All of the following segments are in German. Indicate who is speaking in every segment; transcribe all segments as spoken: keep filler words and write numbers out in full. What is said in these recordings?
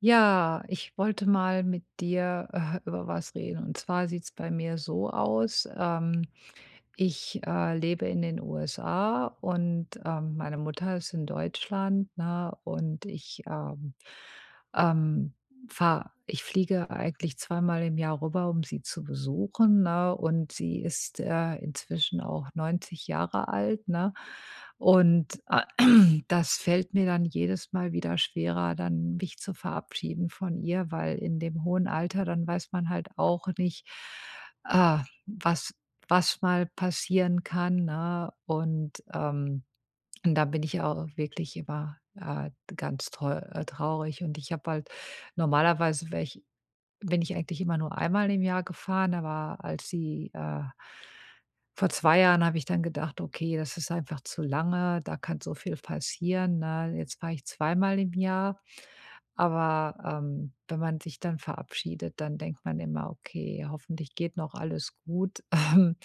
Speaker 1: Ja, ich wollte mal mit dir äh, über was reden. Und zwar sieht's bei mir so aus. Ähm, ich äh, lebe in den U S A, und ähm, meine Mutter ist in Deutschland, ne? Und ich ähm, ähm, fahre ich fliege eigentlich zweimal im Jahr rüber, um sie zu besuchen, ne? Und sie ist, äh, inzwischen auch neunzig Jahre alt, ne? Und, äh, das fällt mir dann jedes Mal wieder schwerer, dann mich zu verabschieden von ihr, weil in dem hohen Alter dann weiß man halt auch nicht, äh, was was mal passieren kann, ne? Und, ähm und da bin ich auch wirklich immer, äh, ganz trau äh, traurig, und ich habe halt normalerweise wäre ich bin ich eigentlich immer nur einmal im Jahr gefahren. Aber als sie äh, vor zwei Jahren habe ich dann gedacht: „Okay, das ist einfach zu lange, da kann so viel passieren", ne? Jetzt fahre ich zweimal im Jahr, aber, ähm, wenn man sich dann verabschiedet, dann denkt man immer: „Okay, hoffentlich geht noch alles gut, ähm,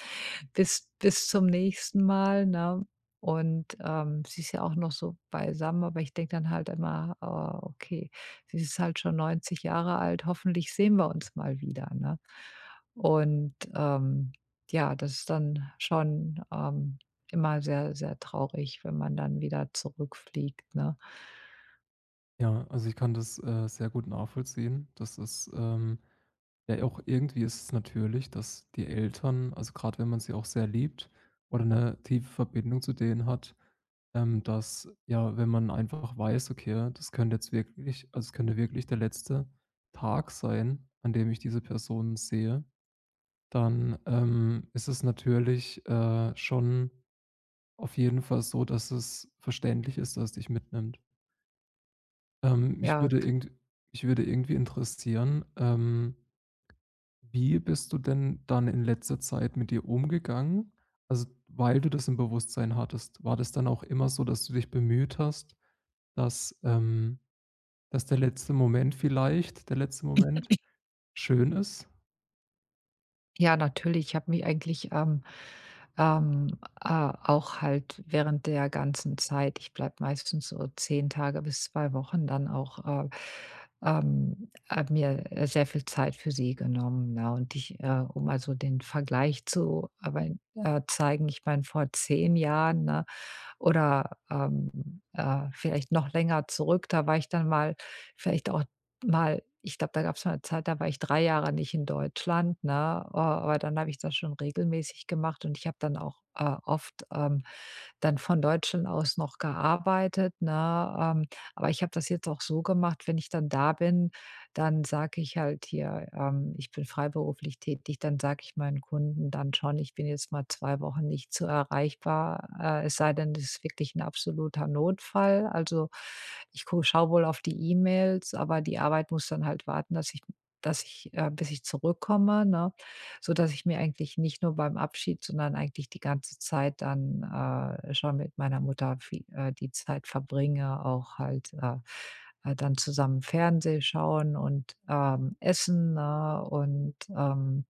Speaker 1: bis bis zum nächsten Mal", ne? Und, ähm, sie ist ja auch noch so beisammen, aber ich denke dann halt immer: „Oh, okay." Sie ist halt schon neunzig Jahre alt, hoffentlich sehen wir uns mal wieder, ne? Und, ähm, ja, das ist dann schon, ähm, immer sehr, sehr traurig, wenn man dann wieder zurückfliegt, ne?
Speaker 2: Ja, also ich kann das, äh, sehr gut nachvollziehen. Das ist, ähm ja, auch irgendwie ist es natürlich, dass die Eltern, also gerade wenn man sie auch sehr liebt oder eine tiefe Verbindung zu denen hat, ähm, dass ja, wenn man einfach weiß: „Okay, das könnte jetzt wirklich also es könnte wirklich der letzte Tag sein, an dem ich diese Person sehe“, dann, ähm, ist es natürlich, äh, schon auf jeden Fall so, dass es verständlich ist, dass es dich mitnimmt. Ähm, mich
Speaker 1: Ja.
Speaker 2: würde irgend mich würde irgendwie interessieren, ähm, wie bist du denn dann in letzter Zeit mit dir umgegangen? Also, weil du das im Bewusstsein hattest, war das dann auch immer so, dass du dich bemüht hast, dass, ähm dass der letzte Moment vielleicht der letzte Moment schön ist?
Speaker 1: Ja, natürlich. Ich habe mich eigentlich, ähm, ähm, äh, auch halt während der ganzen Zeit, ich bleibe meistens so zehn Tage bis zwei Wochen dann auch, äh, ähm habe mir, äh, sehr viel Zeit für sie genommen, ne? Und ich, äh um also den Vergleich zu, aber, äh, zeigen, ich meine, vor zehn Jahren, ne, oder, ähm, äh, vielleicht noch länger zurück. Da war ich dann mal vielleicht auch mal Ich glaube, da gab es mal eine Zeit, da war ich drei Jahre nicht in Deutschland, ne? Äh, aber dann habe ich das schon regelmäßig gemacht, und ich habe dann auch, äh, oft, ähm dann von Deutschland aus noch gearbeitet, ne? Ähm, aber ich habe das jetzt auch so gemacht: wenn ich dann da bin, dann sage ich halt hier, ähm, ich bin freiberuflich tätig, dann sage ich meinen Kunden dann schon, ich bin jetzt mal zwei Wochen nicht so erreichbar, äh, es sei denn, es ist wirklich ein absoluter Notfall. Also, ich schaue wohl auf die E-Mails, aber die Arbeit muss dann halt warten, dass ich dass ich äh, bis ich zurückkomme, ne? Sodass ich mir eigentlich nicht nur beim Abschied, sondern eigentlich die ganze Zeit dann, äh, schon mit meiner Mutter vie äh, die Zeit verbringe, auch halt, äh, äh, dann zusammen Fernseh schauen und, ähm, essen, ne? Und, ähm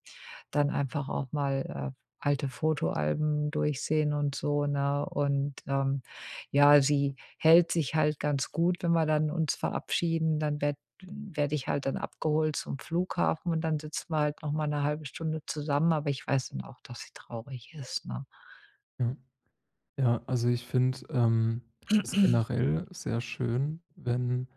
Speaker 1: dann einfach auch mal, äh, alte Fotoalben durchsehen und so, ne? Und, ähm, ja, sie hält sich halt ganz gut. Wenn wir dann uns verabschieden, dann werd werde werd ich halt dann abgeholt zum Flughafen, und dann sitzen wir halt noch mal eine halbe Stunde zusammen, aber ich weiß dann auch, dass sie traurig ist, ne?
Speaker 2: Ja. Ja, also ich finde, ähm, es generell sehr schön, wenn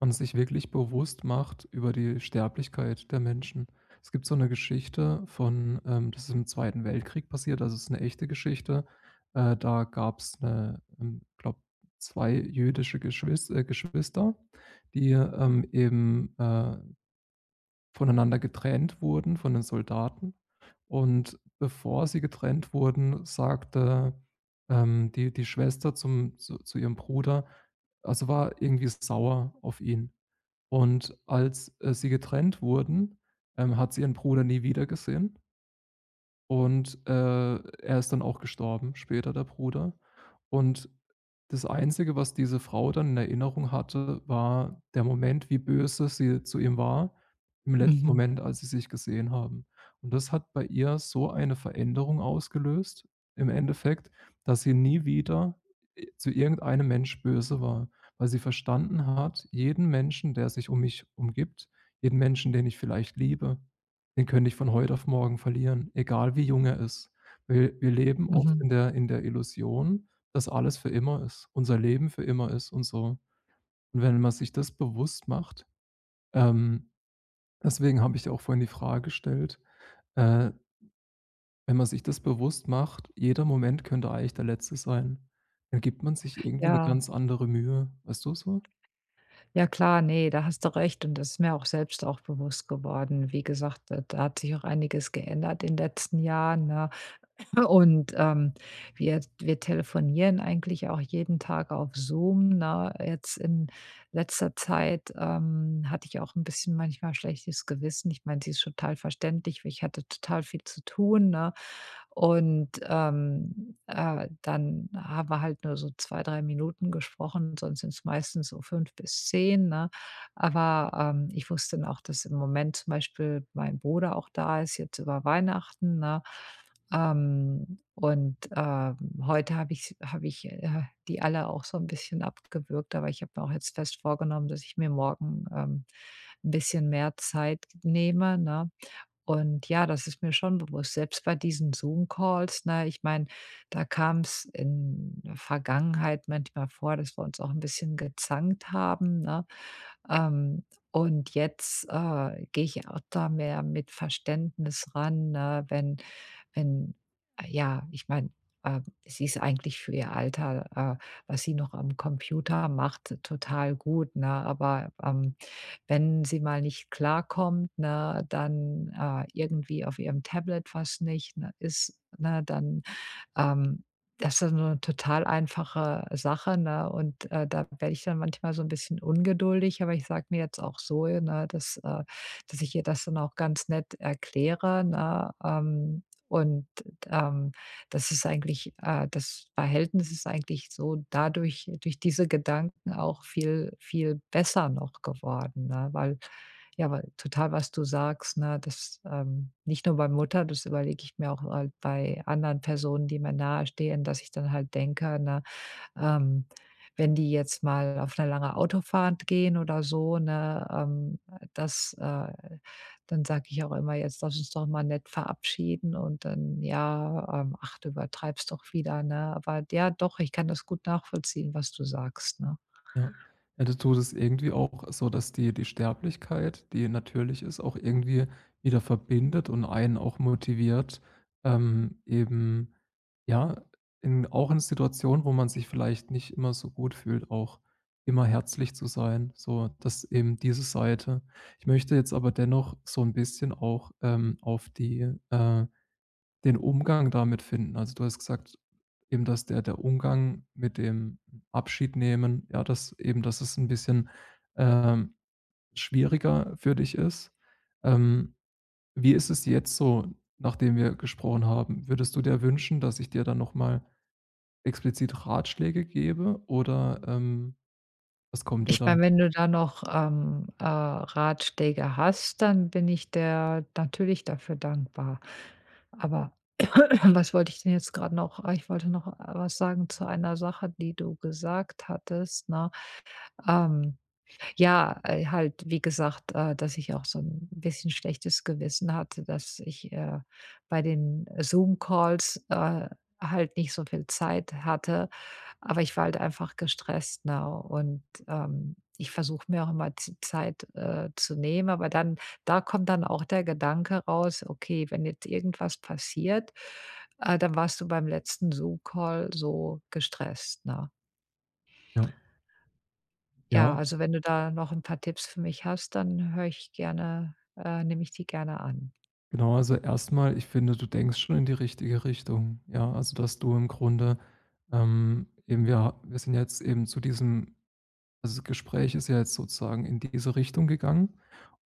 Speaker 2: man sich wirklich bewusst macht über die Sterblichkeit der Menschen. Es gibt so eine Geschichte von, ähm das ist im Zweiten Weltkrieg passiert, also es ist eine echte Geschichte. Äh, da gab's 'ne, ähm, glaube, zwei jüdische Geschwis äh, Geschwister, die, ähm, eben, äh voneinander getrennt wurden von den Soldaten. Und bevor sie getrennt wurden, sagte, ähm, die die Schwester zum zu zu ihrem Bruder also, war irgendwie sauer auf ihn. Und als, äh, sie getrennt wurden, ähm, hat sie ihren Bruder nie wieder gesehen und, äh, er ist dann auch gestorben später, der Bruder. Und das Einzige, was diese Frau dann in Erinnerung hatte, war der Moment, wie böse sie zu ihm war, im letzten
Speaker 1: Mhm,
Speaker 2: Moment, als sie sich gesehen haben. Und das hat bei ihr so eine Veränderung ausgelöst, im Endeffekt, dass sie nie wieder, äh, zu irgendeinem Mensch böse war, weil sie verstanden hat: „Jeden Menschen, der sich um mich umgibt, jeden Menschen, den ich vielleicht liebe, den könnte ich von heute auf morgen verlieren, egal wie jung er ist. Wir wir leben oft
Speaker 1: mhm.
Speaker 2: in der in der Illusion, dass alles für immer ist, unser Leben für immer ist und so. Und wenn man sich das bewusst macht ähm, deswegen habe ich dir auch vorhin die Frage gestellt, äh, wenn man sich das bewusst macht, jeder Moment könnte eigentlich der letzte sein, dann gibt man sich irgendwie eine
Speaker 1: Ja,
Speaker 2: ganz andere Mühe, weißt du so?
Speaker 1: ja klar, nee, da hast du recht, und das ist mir auch selbst auch bewusst geworden. Wie gesagt, da da hat sich auch einiges geändert in den letzten Jahren, ne? Und, ähm, wir wir telefonieren eigentlich auch jeden Tag auf Zoom, ne? Jetzt in letzter Zeit, ähm, hatte ich auch ein bisschen manchmal schlechtes Gewissen. Ich meine, sie ist total verständlich, weil ich hatte total viel zu tun, ne? Und, ähm, äh, dann haben wir halt nur so zwei drei Minuten gesprochen, sonst sind es meistens so fünf bis zehn, ne? Aber, ähm, ich wusste dann auch, dass im Moment zum Beispiel mein Bruder auch da ist, jetzt über Weihnachten, ne? Ähm, und, ähm, heute habe ich habe ich, äh, die alle auch so ein bisschen abgewürgt, aber ich habe mir auch jetzt fest vorgenommen, dass ich mir morgen, ähm, 'n bisschen mehr Zeit nehme, ne? Und ja, das ist mir schon bewusst. Selbst bei diesen Zoom-Calls, ne, ich meine, da kam es in der Vergangenheit manchmal vor, dass wir uns auch ein bisschen gezankt haben, ne? Ähm, und jetzt, äh, gehe ich auch da mehr mit Verständnis ran, ne, wenn wenn äh, ja, ich meine, ähm, sie ist eigentlich für ihr Alter, äh, was sie noch am Computer macht, total gut, ne? Aber, ähm wenn sie mal nicht klarkommt, ne, dann, äh, irgendwie auf ihrem Tablet was nicht, ne, ist, ne, dann ähm, das ist ja so 'ne total einfache Sache, ne? Und, äh, da werde ich dann manchmal so ein bisschen ungeduldig, aber ich sage mir jetzt auch so, ne, dass äh, dass ich ihr das dann auch ganz nett erkläre, ne? Ähm, und, ähm, das ist eigentlich äh, das Verhältnis ist eigentlich so dadurch, durch diese Gedanken, auch viel, viel besser noch geworden, ne? Weil, ja, aber total, was du sagst, ne? Das, ähm, nicht nur bei Mutter, das überlege ich mir auch halt bei anderen Personen, die mir nahestehen, dass ich dann halt denke, ne, ähm, wenn die jetzt mal auf eine lange Autofahrt gehen oder so, ne, ähm, dass, äh dann sage ich auch immer: „Jetzt lass uns doch mal nett verabschieden", und dann: „Ja, ähm, ach, du übertreibst doch wieder", ne? Aber ja, doch, ich kann das gut nachvollziehen, was du sagst, ne?
Speaker 2: Ja. Ja, da tut es irgendwie auch so, dass die die Sterblichkeit, die natürlich ist, auch irgendwie wieder verbindet und einen auch motiviert, ähm, eben, ja, in auch in Situationen, wo man sich vielleicht nicht immer so gut fühlt, auch immer herzlich zu sein, so dass eben diese Seite. Ich möchte jetzt aber dennoch so ein bisschen auch, ähm, auf die, äh den Umgang damit finden. Also, du hast gesagt, eben, dass der der Umgang mit dem Abschied nehmen, ja, dass eben, dass es ein bisschen, ähm, schwieriger für dich ist. Ähm, Wie ist es jetzt so, nachdem wir gesprochen haben? Würdest du dir wünschen, dass ich dir dann noch mal explizit Ratschläge gebe oder, ähm, was kommt dir
Speaker 1: Ich
Speaker 2: da?
Speaker 1: meine, wenn du da noch, ähm, äh, Ratschläge hast, dann bin ich der natürlich dafür dankbar. Aber was wollte ich denn jetzt gerade noch? Ah, ich wollte noch, äh, was sagen zu einer Sache, die du gesagt hattest, ne? Ähm, ja, äh, halt, wie gesagt, äh, dass ich auch so ein bisschen schlechtes Gewissen hatte, dass ich, äh, bei den Zoom-Calls, äh, halt nicht so viel Zeit hatte, aber ich war halt einfach gestresst, ne? Und, ähm, ich versuche mir auch immer z Zeit, äh, zu nehmen, aber dann da kommt dann auch der Gedanke raus: „Okay, wenn jetzt irgendwas passiert, äh, dann warst du beim letzten Zoom-Call so gestresst", ne?
Speaker 2: Ja.
Speaker 1: Ja,
Speaker 2: Ja?
Speaker 1: also wenn du da noch ein paar Tipps für mich hast, dann höre ich gerne äh, nehme ich die gerne an.
Speaker 2: Genau, also erstmal, ich finde, du denkst schon in die richtige Richtung. Ja, also dass du im Grunde, ähm, eben wir, wir sind jetzt eben zu diesem, also das Gespräch ist ja jetzt sozusagen in diese Richtung gegangen.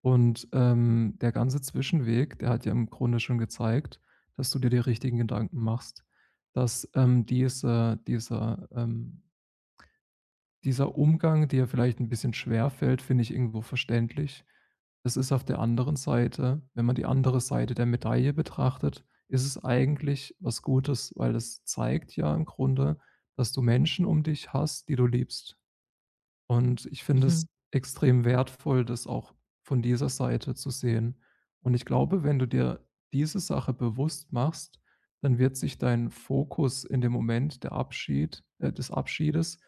Speaker 2: Und ähm, der ganze Zwischenweg, der hat ja im Grunde schon gezeigt, dass du dir die richtigen Gedanken machst, dass ähm, diese, dieser ähm, dieser Umgang, der vielleicht ein bisschen schwer fällt, finde ich irgendwo verständlich. Es ist auf der anderen Seite wenn man die andere Seite der Medaille betrachtet, ist es eigentlich was Gutes, weil es zeigt ja im Grunde, dass du Menschen um dich hast, die du liebst. Und ich finde
Speaker 1: Mhm.
Speaker 2: es extrem wertvoll, das auch von dieser Seite zu sehen. Und ich glaube, wenn du dir diese Sache bewusst machst, dann wird sich dein Fokus in dem Moment der Abschied äh, des Abschiedes,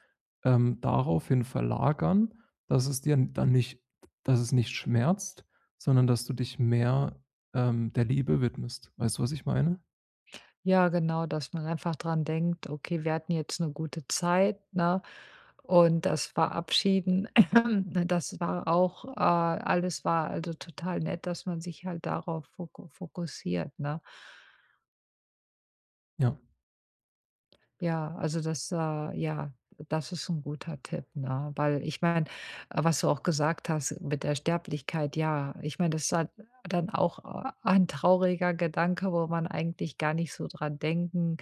Speaker 2: ähm, daraufhin verlagern, dass es dir dann nicht dass es nicht schmerzt, sondern dass du dich mehr, ähm, der Liebe widmest. Weißt du, was ich meine?
Speaker 1: Ja, genau, dass man einfach dran denkt: „Okay, wir hatten jetzt eine gute Zeit", ne? Und das Verabschieden, das war auch äh, alles war also total nett, dass man sich halt darauf foko fokussiert, ne?
Speaker 2: Ja.
Speaker 1: Ja, also das, äh ja, das ist ein guter Tipp, ne? Weil, ich meine, äh, was du auch gesagt hast mit der Sterblichkeit, ja, ich meine, das ist halt dann auch, äh, ein trauriger Gedanke, wo man eigentlich gar nicht so dran denken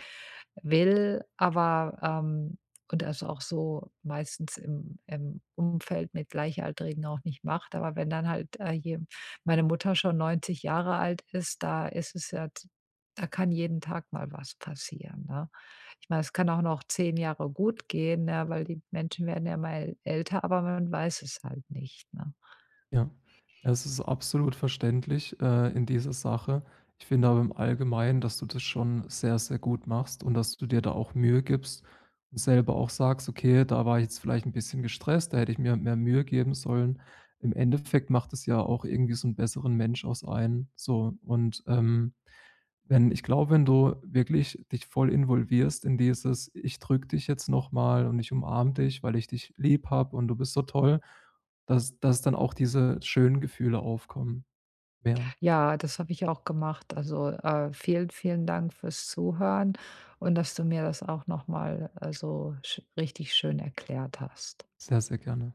Speaker 1: will, aber, ähm und das auch so meistens im im Umfeld mit Gleichaltrigen auch nicht macht. Aber wenn dann halt, äh, je meine Mutter schon neunzig Jahre alt ist, da ist es ja t da kann jeden Tag mal was passieren, ne? Ich meine, es kann auch noch zehn Jahre gut gehen, ne, weil die Menschen werden ja mal älter, aber man weiß es halt nicht, ne?
Speaker 2: Ja, es ist absolut verständlich, äh, in dieser Sache. Ich finde aber im Allgemeinen, dass du das schon sehr, sehr gut machst und dass du dir da auch Mühe gibst und selber auch sagst: „Okay, da war ich jetzt vielleicht ein bisschen gestresst, da hätte ich mir mehr Mühe geben sollen.“ Im Endeffekt macht es ja auch irgendwie so einen besseren Mensch aus einem, so und, ähm, wenn ich glaube, wenn du wirklich dich voll involvierst in dieses: „Ich drücke dich jetzt noch mal und ich umarme dich, weil ich dich lieb habe und du bist so toll“, dass dass dann auch diese schönen Gefühle aufkommen. Ja,
Speaker 1: Ja, das habe ich auch gemacht. Also, äh, vielen, vielen Dank fürs Zuhören, und dass du mir das auch noch mal, äh, so sch richtig schön erklärt hast.
Speaker 2: sehr, sehr gerne.